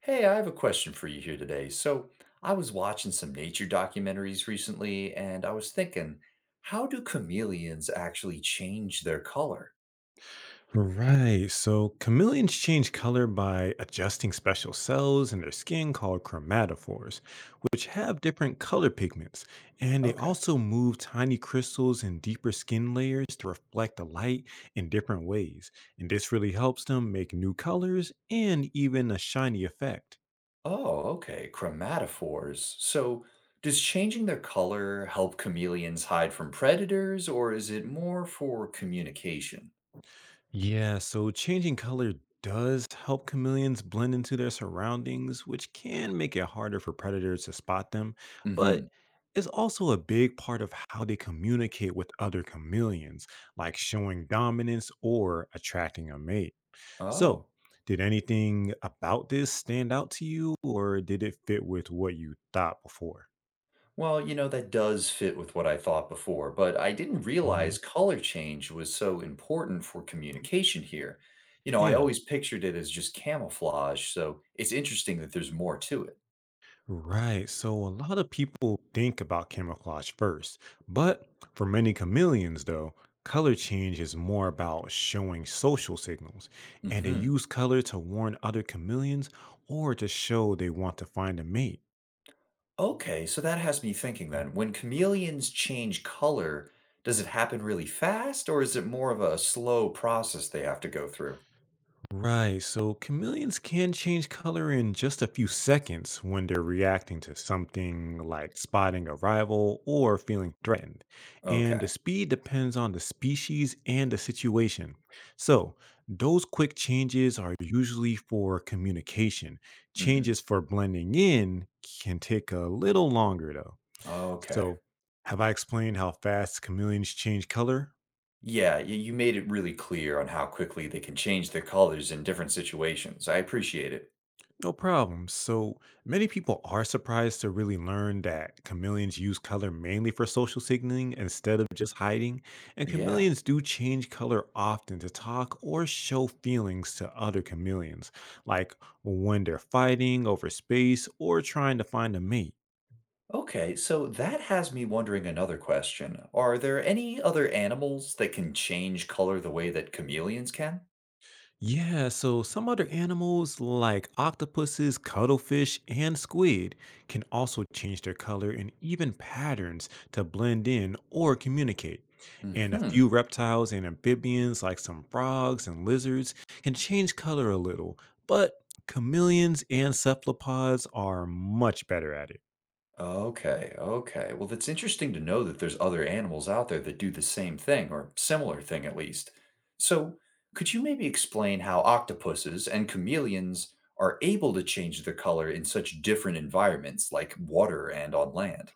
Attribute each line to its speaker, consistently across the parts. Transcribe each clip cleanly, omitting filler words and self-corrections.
Speaker 1: Hey, I have a question for you here today. So, I was watching some nature documentaries recently, and I was thinking, how do chameleons actually change their color?
Speaker 2: Right. So chameleons change color by adjusting special cells in their skin called chromatophores, which have different color pigments. And they
Speaker 1: Okay.
Speaker 2: also move tiny crystals in deeper skin layers to reflect the light in different ways. And this really helps them make new colors and even a shiny effect.
Speaker 1: Oh, okay. Chromatophores. So, does changing their color help chameleons hide from predators, or is it more for communication?
Speaker 2: Yeah, so changing color does help chameleons blend into their surroundings, which can make it harder for predators to spot them,
Speaker 1: Mm-hmm.
Speaker 2: but it's also a big part of how they communicate with other chameleons, like showing dominance or attracting a mate. So,
Speaker 1: Oh.
Speaker 2: did anything about this stand out to you, or did it fit with what you thought before?
Speaker 1: Well, that does fit with what I thought before, but I didn't realize
Speaker 2: Mhm.
Speaker 1: color change was so important for communication here. I
Speaker 2: Yeah.
Speaker 1: always pictured it as just camouflage, so it's interesting that there's more to it.
Speaker 2: Right. So a lot of people think about camouflage first, but for many chameleons, though, color change is more about showing social signals, and they
Speaker 1: Hmm.
Speaker 2: use color to warn other chameleons or to show they want to find a mate.
Speaker 1: Okay, so that has me thinking then. When chameleons change color, does it happen really fast, or is it more of a slow process they have to go through?
Speaker 2: Right, so chameleons can change color in just a few seconds when they're reacting to something like spotting a rival or feeling threatened. And the
Speaker 1: Okay.
Speaker 2: speed depends on the species and the situation. So, those quick changes are usually for communication.
Speaker 1: Hmm.
Speaker 2: Changes for blending in can take a little longer, though.
Speaker 1: Okay.
Speaker 2: So, have I explained how fast chameleons change color?
Speaker 1: Yeah, you made it really clear on how quickly they can change their colors in different situations. I appreciate it.
Speaker 2: No problem. So many people are surprised to really learn that chameleons use color mainly for social signaling instead of just hiding. And
Speaker 1: Yeah.
Speaker 2: chameleons do change color often to talk or show feelings to other chameleons, like when they're fighting over space or trying to find a mate.
Speaker 1: Okay, so that has me wondering another question. Are there any other animals that can change color the way that chameleons can?
Speaker 2: Yeah, so some other animals like octopuses, cuttlefish, and squid can also change their color and even patterns to blend in or communicate. And a
Speaker 1: Hmm.
Speaker 2: few reptiles and amphibians, like some frogs and lizards, can change color a little, but chameleons and cephalopods are much better at it.
Speaker 1: Okay, okay. Well, it's interesting to know that there's other animals out there that do the same thing or similar thing at least. So, could you maybe explain how octopuses and chameleons are able to change their color in such different environments like water and on land?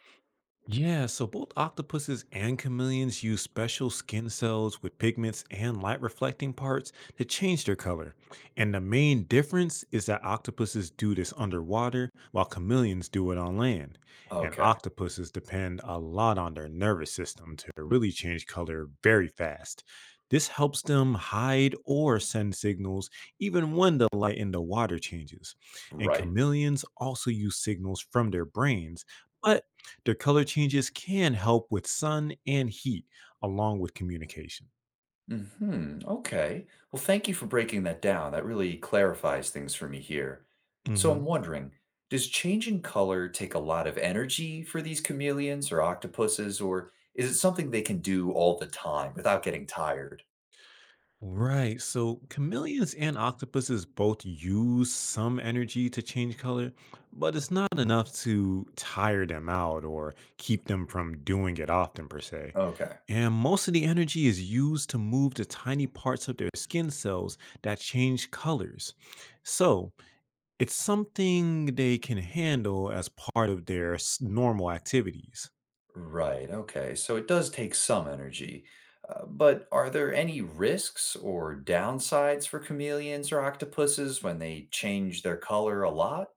Speaker 2: Yeah, so both octopuses and chameleons use special skin cells with pigments and light reflecting parts to change their color. And the main difference is that octopuses do this underwater while chameleons do it on land. And
Speaker 1: Okay,
Speaker 2: octopuses depend a lot on their nervous system to really change color very fast. This helps them hide or send signals even when the light in the water changes. And
Speaker 1: right.
Speaker 2: chameleons also use signals from their brains. But their color changes can help with sun and heat, along with communication.
Speaker 1: Hmm. Okay. Well, thank you for breaking that down. That really clarifies things for me here. So I'm
Speaker 2: Hmm.
Speaker 1: wondering, does changing color take a lot of energy for these chameleons or octopuses, or is it something they can do all the time without getting tired?
Speaker 2: Right. So chameleons and octopuses both use some energy to change color, but it's not enough to tire them out or keep them from doing it often, per se.
Speaker 1: Okay.
Speaker 2: And most of the energy is used to move the tiny parts of their skin cells that change colors. So it's something they can handle as part of their normal activities.
Speaker 1: Right. Okay. So it does take some energy. But are there any risks or downsides for chameleons or octopuses when they change their color a lot?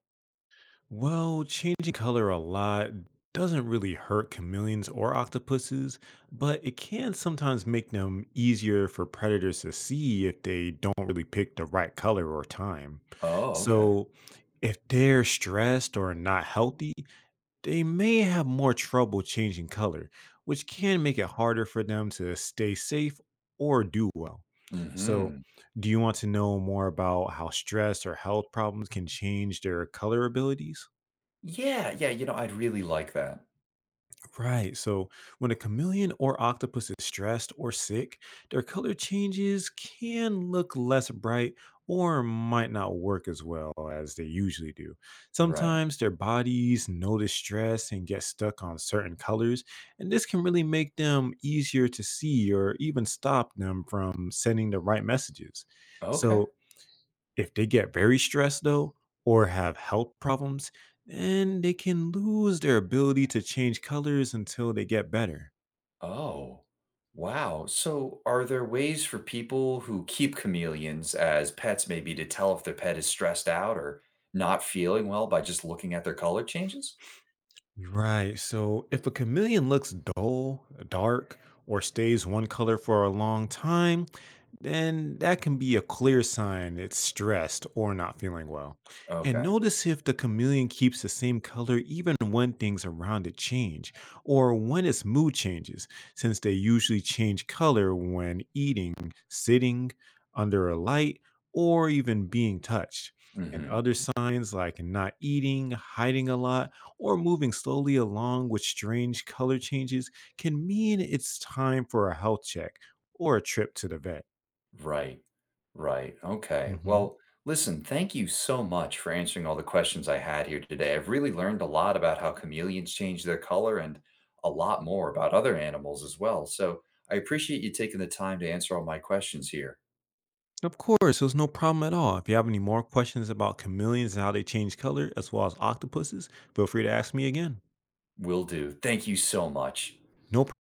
Speaker 2: Well, changing color a lot doesn't really hurt chameleons or octopuses, but it can sometimes make them easier for predators to see if they don't really pick the right color or time.
Speaker 1: Oh, okay.
Speaker 2: So, if they're stressed or not healthy, they may have more trouble changing color, which can make it harder for them to stay safe or do well.
Speaker 1: Mm
Speaker 2: So,
Speaker 1: hmm.
Speaker 2: do you want to know more about how stress or health problems can change their color abilities?
Speaker 1: Yeah, yeah, I'd really like that.
Speaker 2: Right. So when a chameleon or octopus is stressed or sick, their color changes can look less bright or might not work as well as they usually do.
Speaker 1: Right.
Speaker 2: Sometimes their bodies notice stress and get stuck on certain colors, and this can really make them easier to see or even stop them from sending the right messages.
Speaker 1: Okay.
Speaker 2: So if they get very stressed, though, or have health problems, then they can lose their ability to change colors until they get better.
Speaker 1: Oh, wow. So, are there ways for people who keep chameleons as pets maybe to tell if their pet is stressed out or not feeling well by just looking at their color changes?
Speaker 2: Right. So if a chameleon looks dull, dark, or stays one color for a long time, then that can be a clear sign it's stressed or not feeling well. And
Speaker 1: Okay.
Speaker 2: notice if the chameleon keeps the same color even when things around it change or when its mood changes, since they usually change color when eating, sitting under a light, or even being touched. And
Speaker 1: Hmm.
Speaker 2: other signs like not eating, hiding a lot, or moving slowly along with strange color changes can mean it's time for a health check or a trip to the vet.
Speaker 1: Right. Right. Okay.
Speaker 2: Hmm.
Speaker 1: Well, listen, thank you so much for answering all the questions I had here today. I've really learned a lot about how chameleons change their color and a lot more about other animals as well. So I appreciate you taking the time to answer all my questions here.
Speaker 2: Of course, there's no problem at all. If you have any more questions about chameleons and how they change color, as well as octopuses, feel free to ask me again.
Speaker 1: Will do. Thank you so much.
Speaker 2: No